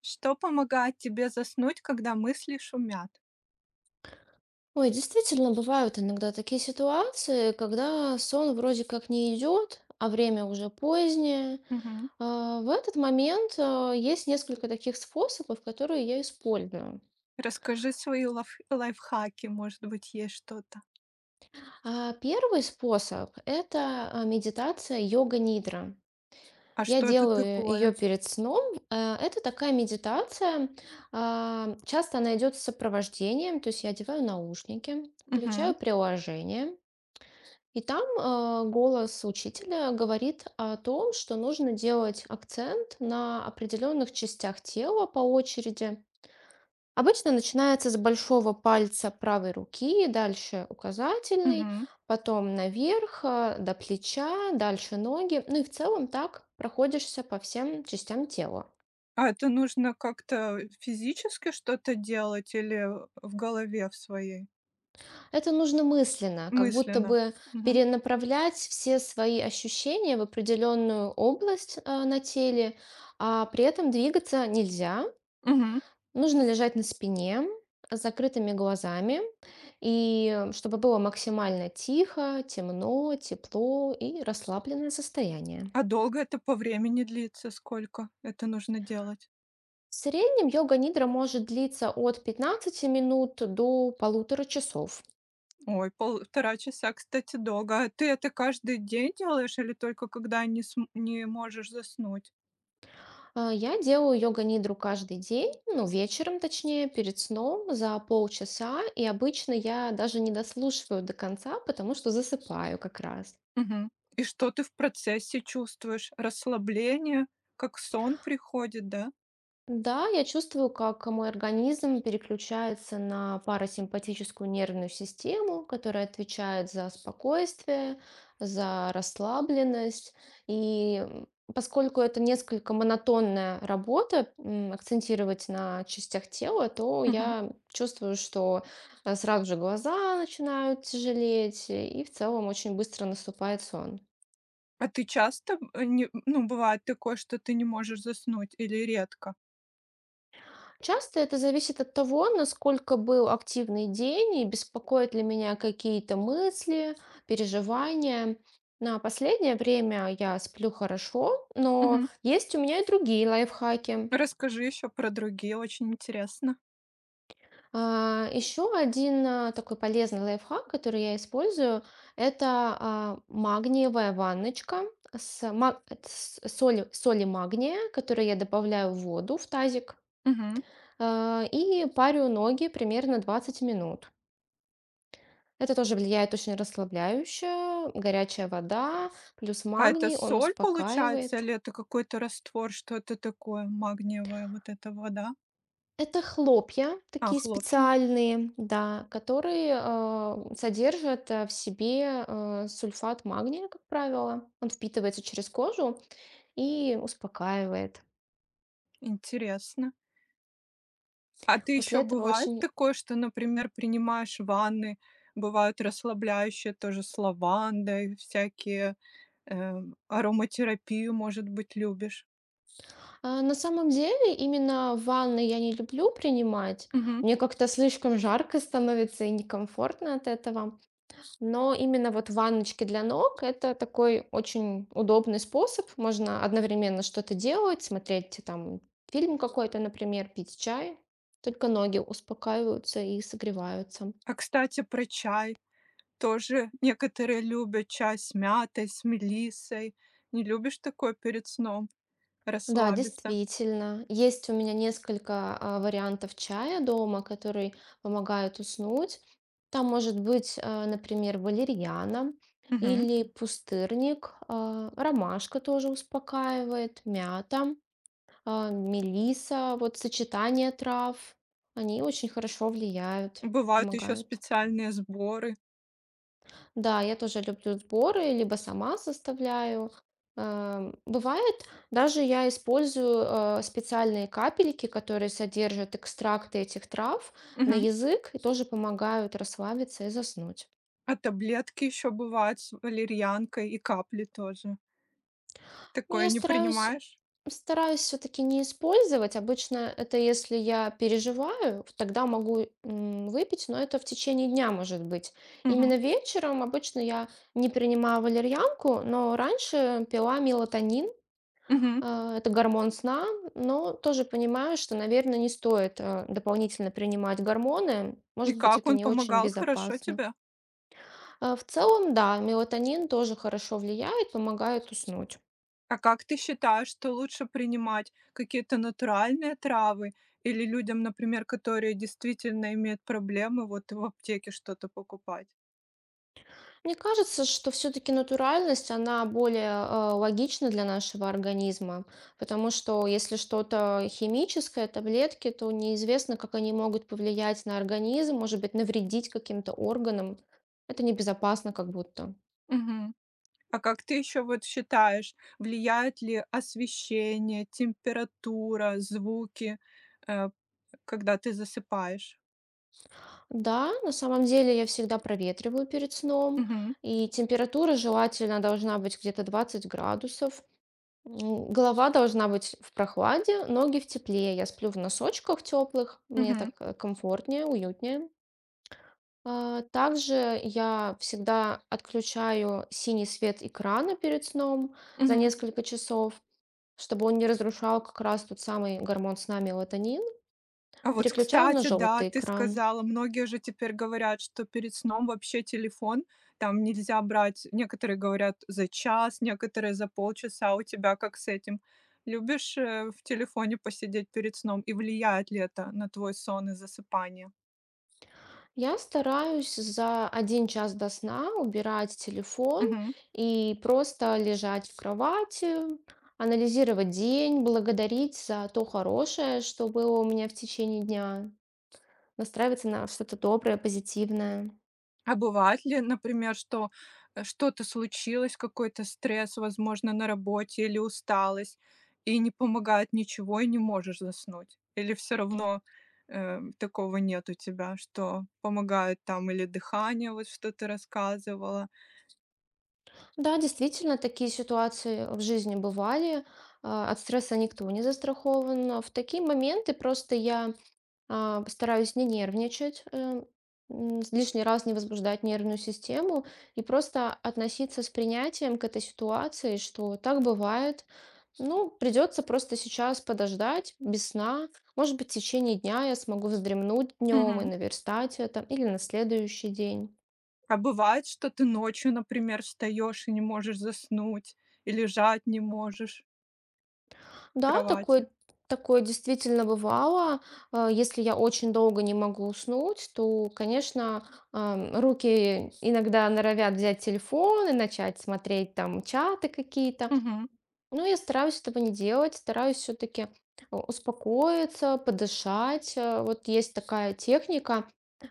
Что помогает тебе заснуть, когда мысли шумят? Ой, действительно, бывают иногда такие ситуации, когда сон вроде как не идет, а время уже позднее. Мгм. В этот момент есть несколько таких способов, которые я использую. Расскажи свои лайфхаки, может быть, есть что-то. Первый способ — это медитация йога-нидра. А Я что это делаю ее такое? перед сном. Это такая медитация. Часто она идет с сопровождением, то есть я одеваю наушники, включаю Мгм. приложение. И там, голос учителя говорит о том, что нужно делать акцент на определенных частях тела по очереди. Обычно начинается с большого пальца правой руки, дальше указательный, Мгм. потом наверх, до плеча, дальше ноги. Ну и в целом так проходишься по всем частям тела. А это нужно как-то физически что-то делать или в голове в своей, Это нужно мысленно, как будто мысленно? бы Мгм. перенаправлять все свои ощущения в определенную область на теле, а при этом двигаться нельзя. Мгм. Нужно лежать на спине с закрытыми глазами, и чтобы было максимально тихо, темно, тепло и расслабленное состояние. А долго это по времени длится? Сколько это нужно делать? В среднем йога-нидра может длиться от 15 минут до полутора часов. Ой, полтора часа, кстати, долго. А ты это каждый день делаешь или только когда не можешь заснуть? Я делаю йога-нидру каждый день, ну, вечером точнее, перед сном за полчаса, и обычно я даже не дослушиваю до конца, потому что засыпаю как раз. Мгм. И что ты в процессе чувствуешь? Расслабление, как сон приходит, да? Да, я чувствую, как мой организм переключается на парасимпатическую нервную систему, которая отвечает за спокойствие, за расслабленность. И поскольку это несколько монотонная работа, акцентировать на частях тела, то Мгм. я чувствую, что сразу же глаза начинают тяжелеть, и в целом очень быстро наступает сон. А ты часто, э, не ну, бывает такое, что ты не можешь заснуть или редко? Часто это зависит от того, насколько был активный день и беспокоят ли меня какие-то мысли, переживания. На последнее время я сплю хорошо, но Мгм. есть у меня и другие лайфхаки. Расскажи еще про другие, очень интересно. Еще один такой полезный лайфхак, который я использую, это магниевая ванночка с соли магния, которую я добавляю в воду в тазик, Мгм. И парю ноги примерно 20 минут. Это тоже влияет очень расслабляюще. Горячая вода плюс А это магний, он соль получается успокаивает. или это какой-то раствор? Что это такое? Магниевая вот эта вода? Это хлопья А, такие хлопья. специальные, да, которые содержат в себе сульфат магния, как правило. Он впитывается через кожу и успокаивает. Интересно. А ты После еще этого бывает очень... такое, что, например, принимаешь ванны, бывают расслабляющие тоже с лавандой, всякие, ароматерапию, может быть, любишь? На самом деле, именно ванны я не люблю принимать. Мгм. Мне как-то слишком жарко становится и некомфортно от этого. Но именно вот ванночки для ног — это такой очень удобный способ. Можно одновременно что-то делать, смотреть там фильм какой-то, например, пить чай. Только ноги успокаиваются и согреваются. А, кстати, про чай тоже некоторые любят чай с мятой, с мелиссой. Не любишь такое перед сном Да, расслабиться? действительно. Есть у меня несколько вариантов чая дома, который помогает уснуть. Там может быть, например, валерьяна Мгм. или пустырник, ромашка тоже успокаивает, мята. Мелиса, вот сочетание трав, они очень хорошо влияют, Бывают еще помогают. специальные сборы. Да, я тоже люблю сборы, либо сама составляю. Бывает, даже я использую специальные капельки, которые содержат экстракты этих трав на Мгм. язык и тоже помогают расслабиться и заснуть. А таблетки еще бывают с валерьянкой и капли тоже. Ну, Такое я не стараюсь принимаешь? стараюсь все-таки не использовать. Обычно это если я переживаю, тогда могу выпить, но это в течение дня может быть. Мгм. Именно вечером обычно я не принимаю валерьянку, но раньше пила мелатонин, Мгм. Это гормон сна, но тоже понимаю, что, наверное, не стоит дополнительно принимать гормоны. И Может быть, как это он не очень помогал? Хорошо безопасно. тебе? В целом, да, мелатонин тоже хорошо влияет, помогает уснуть. А как ты считаешь, что лучше принимать какие-то натуральные травы или людям, например, которые действительно имеют проблемы, вот в аптеке что-то покупать? Мне кажется, что все-таки натуральность, она более логична для нашего организма, потому что если что-то химическое, таблетки, то неизвестно, как они могут повлиять на организм, может быть, навредить каким-то органам. Это небезопасно как будто. Мгм. А как ты еще вот считаешь, влияет ли освещение, температура, звуки, э, когда ты засыпаешь? Да, на самом деле я всегда проветриваю перед сном, Мгм. и температура желательно должна быть где-то 20 градусов. Голова должна быть в прохладе, ноги в тепле. Я сплю в носочках теплых, мне Мгм. так комфортнее, уютнее. Также я всегда отключаю синий свет экрана перед сном за Мгм. несколько часов, чтобы он не разрушал как раз тот самый гормон сна мелатонин. А вот, Переключаю на кстати, да, желтый ты экран. сказала, многие же теперь говорят, что перед сном вообще телефон там нельзя брать. Некоторые говорят за час, некоторые за полчаса. У тебя как с этим? Любишь в телефоне посидеть перед сном? И влияет ли это на твой сон и засыпание? Я стараюсь за 1 час до сна убирать телефон и просто лежать в кровати, анализировать день, благодарить за то хорошее, что было у меня в течение дня, настраиваться на что-то доброе, позитивное. А бывает ли, например, что, что-то случилось, какой-то стресс, возможно, на работе или усталость, и не помогает ничего, и не можешь заснуть? Или все равно, такого нет у тебя, что помогает там или дыхание, вот что ты рассказывала? Да, действительно, такие ситуации в жизни бывали. От стресса никто не застрахован. В такие моменты просто я постараюсь не нервничать, лишний раз не возбуждать нервную систему и просто относиться с принятием к этой ситуации, что так бывает. Ну, придется просто сейчас подождать без сна. Может быть, в течение дня я смогу вздремнуть днем и Мгм. наверстать это, или на следующий день. А бывает, что ты ночью, например, встаешь и не можешь заснуть, и лежать не можешь в Да, кровати? такое действительно бывало. Если я очень долго не могу уснуть, то, конечно, руки иногда норовят взять телефон и начать смотреть там чаты какие-то. Мгм. Но я стараюсь этого не делать, стараюсь все-таки успокоиться, подышать. Вот есть такая техника,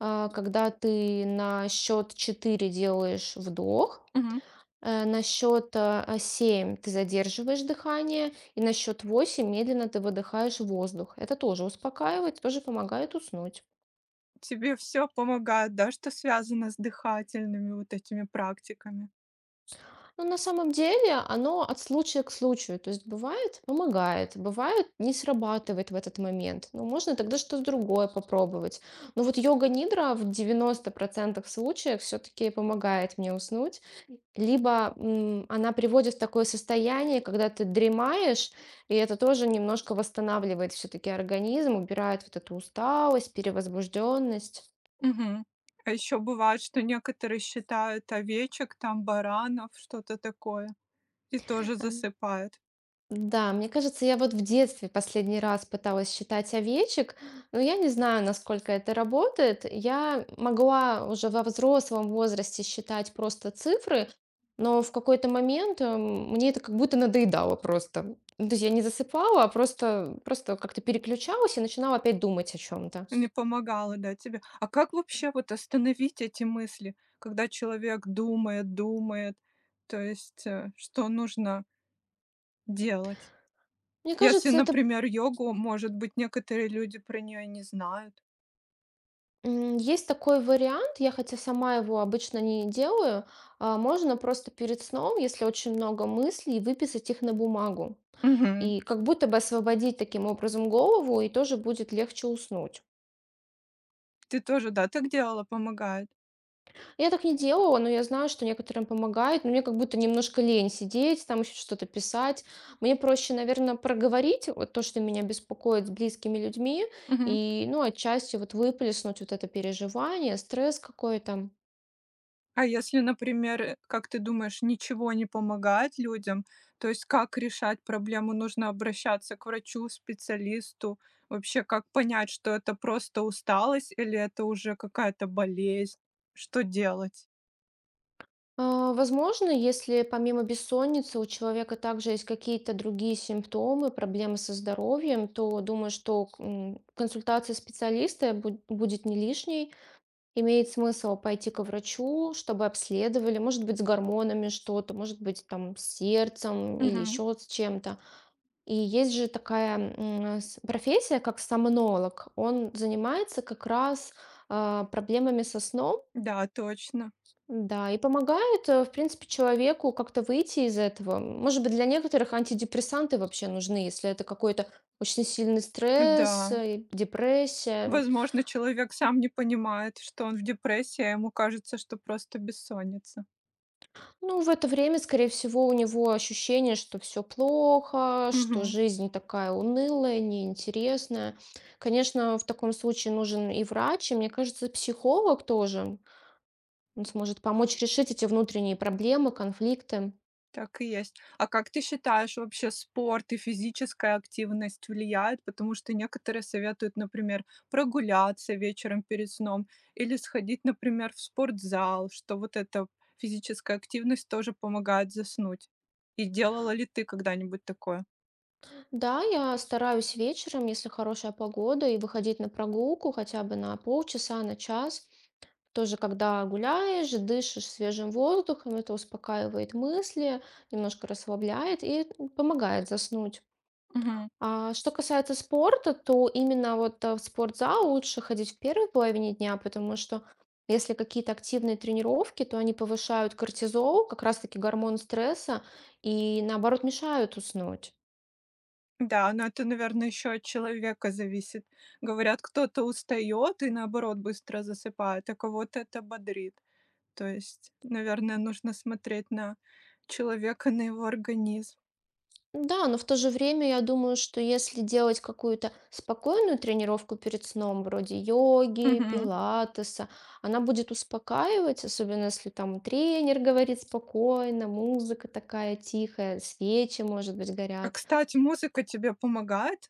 когда ты на счет 4 делаешь вдох, Мгм. На счет 7 ты задерживаешь дыхание, и на счет 8 медленно ты выдыхаешь воздух. Это тоже успокаивает, тоже помогает уснуть. Тебе все помогает, да, что связано с дыхательными вот этими практиками? Но на самом деле оно от случая к случаю. То есть бывает помогает, бывает не срабатывает в этот момент. Но можно тогда что-то другое попробовать. Но вот йога-нидра в 90% случаев все-таки помогает мне уснуть. Либо, она приводит в такое состояние, когда ты дремаешь, и это тоже немножко восстанавливает все таки организм, убирает вот эту усталость, перевозбужденность. Мгм. А еще бывает, что некоторые считают овечек, там баранов, что-то такое, и тоже засыпают. Да, мне кажется, я вот в детстве последний раз пыталась считать овечек, но я не знаю, насколько это работает. Я могла уже во взрослом возрасте считать просто цифры, но в какой-то момент мне это как будто надоедало просто. Ну, то есть я не засыпала, а просто как-то переключалась и начинала опять думать о чем-то. Не помогало, да, тебе? А как вообще вот остановить эти мысли, когда человек думает, думает? То есть, что нужно делать? Мне Если, кажется, это например, йогу, может быть, некоторые люди про нее не знают. Есть такой вариант, я хотя сама его обычно не делаю, можно просто перед сном, если очень много мыслей, выписать их на бумагу. Мгм. И как будто бы освободить таким образом голову, и тоже будет легче уснуть. Ты тоже, да, так делала? Помогает? Я так не делала, но я знаю, что некоторым помогает, но мне как будто немножко лень сидеть, там еще что-то писать. Мне проще, наверное, проговорить вот то, что меня беспокоит с близкими людьми, Мгм. и, ну, отчасти вот выплеснуть вот это переживание, стресс какой-то. А если, например, как ты думаешь, ничего не помогает людям, то есть как решать проблему? Нужно обращаться к врачу, специалисту? Вообще, как понять, что это просто усталость или это уже какая-то болезнь? Что делать? Возможно, если помимо бессонницы у человека также есть какие-то другие симптомы, проблемы со здоровьем, то думаю, что консультация специалиста будет не лишней. Имеет смысл пойти к врачу, чтобы обследовали, может быть, с гормонами что-то, может быть, там, с сердцем или Мгм. еще с чем-то. И есть же такая профессия, как сомнолог. Он занимается как раз проблемами со сном, Да, точно. да, и помогают, в принципе, человеку как-то выйти из этого. Может быть, для некоторых антидепрессанты вообще нужны, если это какой-то очень сильный стресс, Да. Депрессия. Возможно, человек сам не понимает, что он в депрессии, а ему кажется, что просто бессонница. Ну, в это время, скорее всего, у него ощущение, что все плохо, что Мгм. жизнь такая унылая, неинтересная. Конечно, в таком случае нужен и врач, и, мне кажется, психолог тоже. Он сможет помочь решить эти внутренние проблемы, конфликты. Так и есть. А как ты считаешь, вообще спорт и физическая активность влияют? Потому что некоторые советуют, например, прогуляться вечером перед сном или сходить, например, в спортзал, что вот эта физическая активность тоже помогает заснуть. И делала ли ты когда-нибудь такое? Да, я стараюсь вечером, если хорошая погода, и выходить на прогулку хотя бы на полчаса, на час. Тоже, когда гуляешь, дышишь свежим воздухом, это успокаивает мысли, немножко расслабляет и помогает заснуть. Мгм. А что касается спорта, то именно вот в спортзал лучше ходить в первой половине дня, потому что если какие-то активные тренировки, то они повышают кортизол, как раз-таки гормон стресса, и наоборот мешают уснуть. Да, но это, наверное, еще от человека зависит. Говорят, кто-то устает и наоборот быстро засыпает, а кого-то это бодрит. То есть, наверное, нужно смотреть на человека, на его организм. Да, но в то же время я думаю, что если делать какую-то спокойную тренировку перед сном, вроде йоги, Мгм. пилатеса, она будет успокаивать, особенно если там тренер говорит спокойно, музыка такая тихая, свечи, может быть, А, горят. кстати, музыка тебе помогает?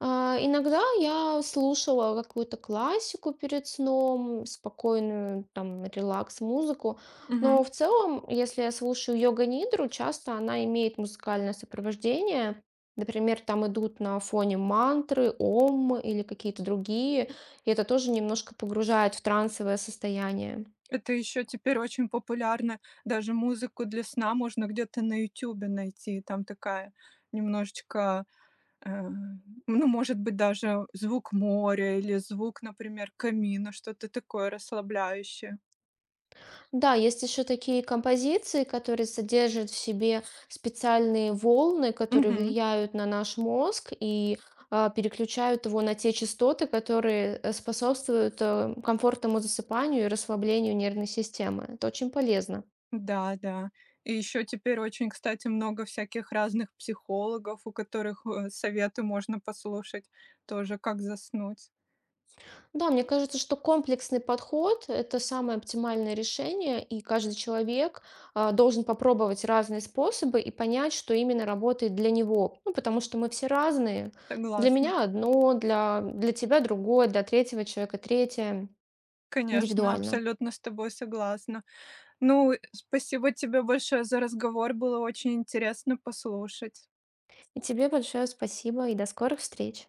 Иногда я слушала какую-то классику перед сном, спокойную, там, релакс-музыку. Мгм. Но в целом, если я слушаю йога-нидру, часто она имеет музыкальное сопровождение. Например, там идут на фоне мантры, ом или какие-то другие. И это тоже немножко погружает в трансовое состояние. Это еще теперь очень популярно. Даже музыку для сна можно где-то на "Ютубе" найти. Там такая немножечко, э, ну, может быть, даже звук моря или звук, например, камина, что-то такое расслабляющее. Да, есть еще такие композиции, которые содержат в себе специальные волны, которые Мгм. влияют на наш мозг и переключают его на те частоты, которые способствуют комфортному засыпанию и расслаблению нервной системы. Это очень полезно. Да, да. И еще теперь очень, кстати, много всяких разных психологов, у которых советы можно послушать тоже, как заснуть. Да, мне кажется, что комплексный подход — это самое оптимальное решение, и каждый человек должен попробовать разные способы и понять, что именно работает для него. Ну, потому что мы все разные. Для Согласна. меня одно, для, тебя другое, для третьего человека третье. Конечно, Индивидуально. абсолютно с тобой согласна. Ну, спасибо тебе большое за разговор, было очень интересно послушать. И тебе большое спасибо и до скорых встреч.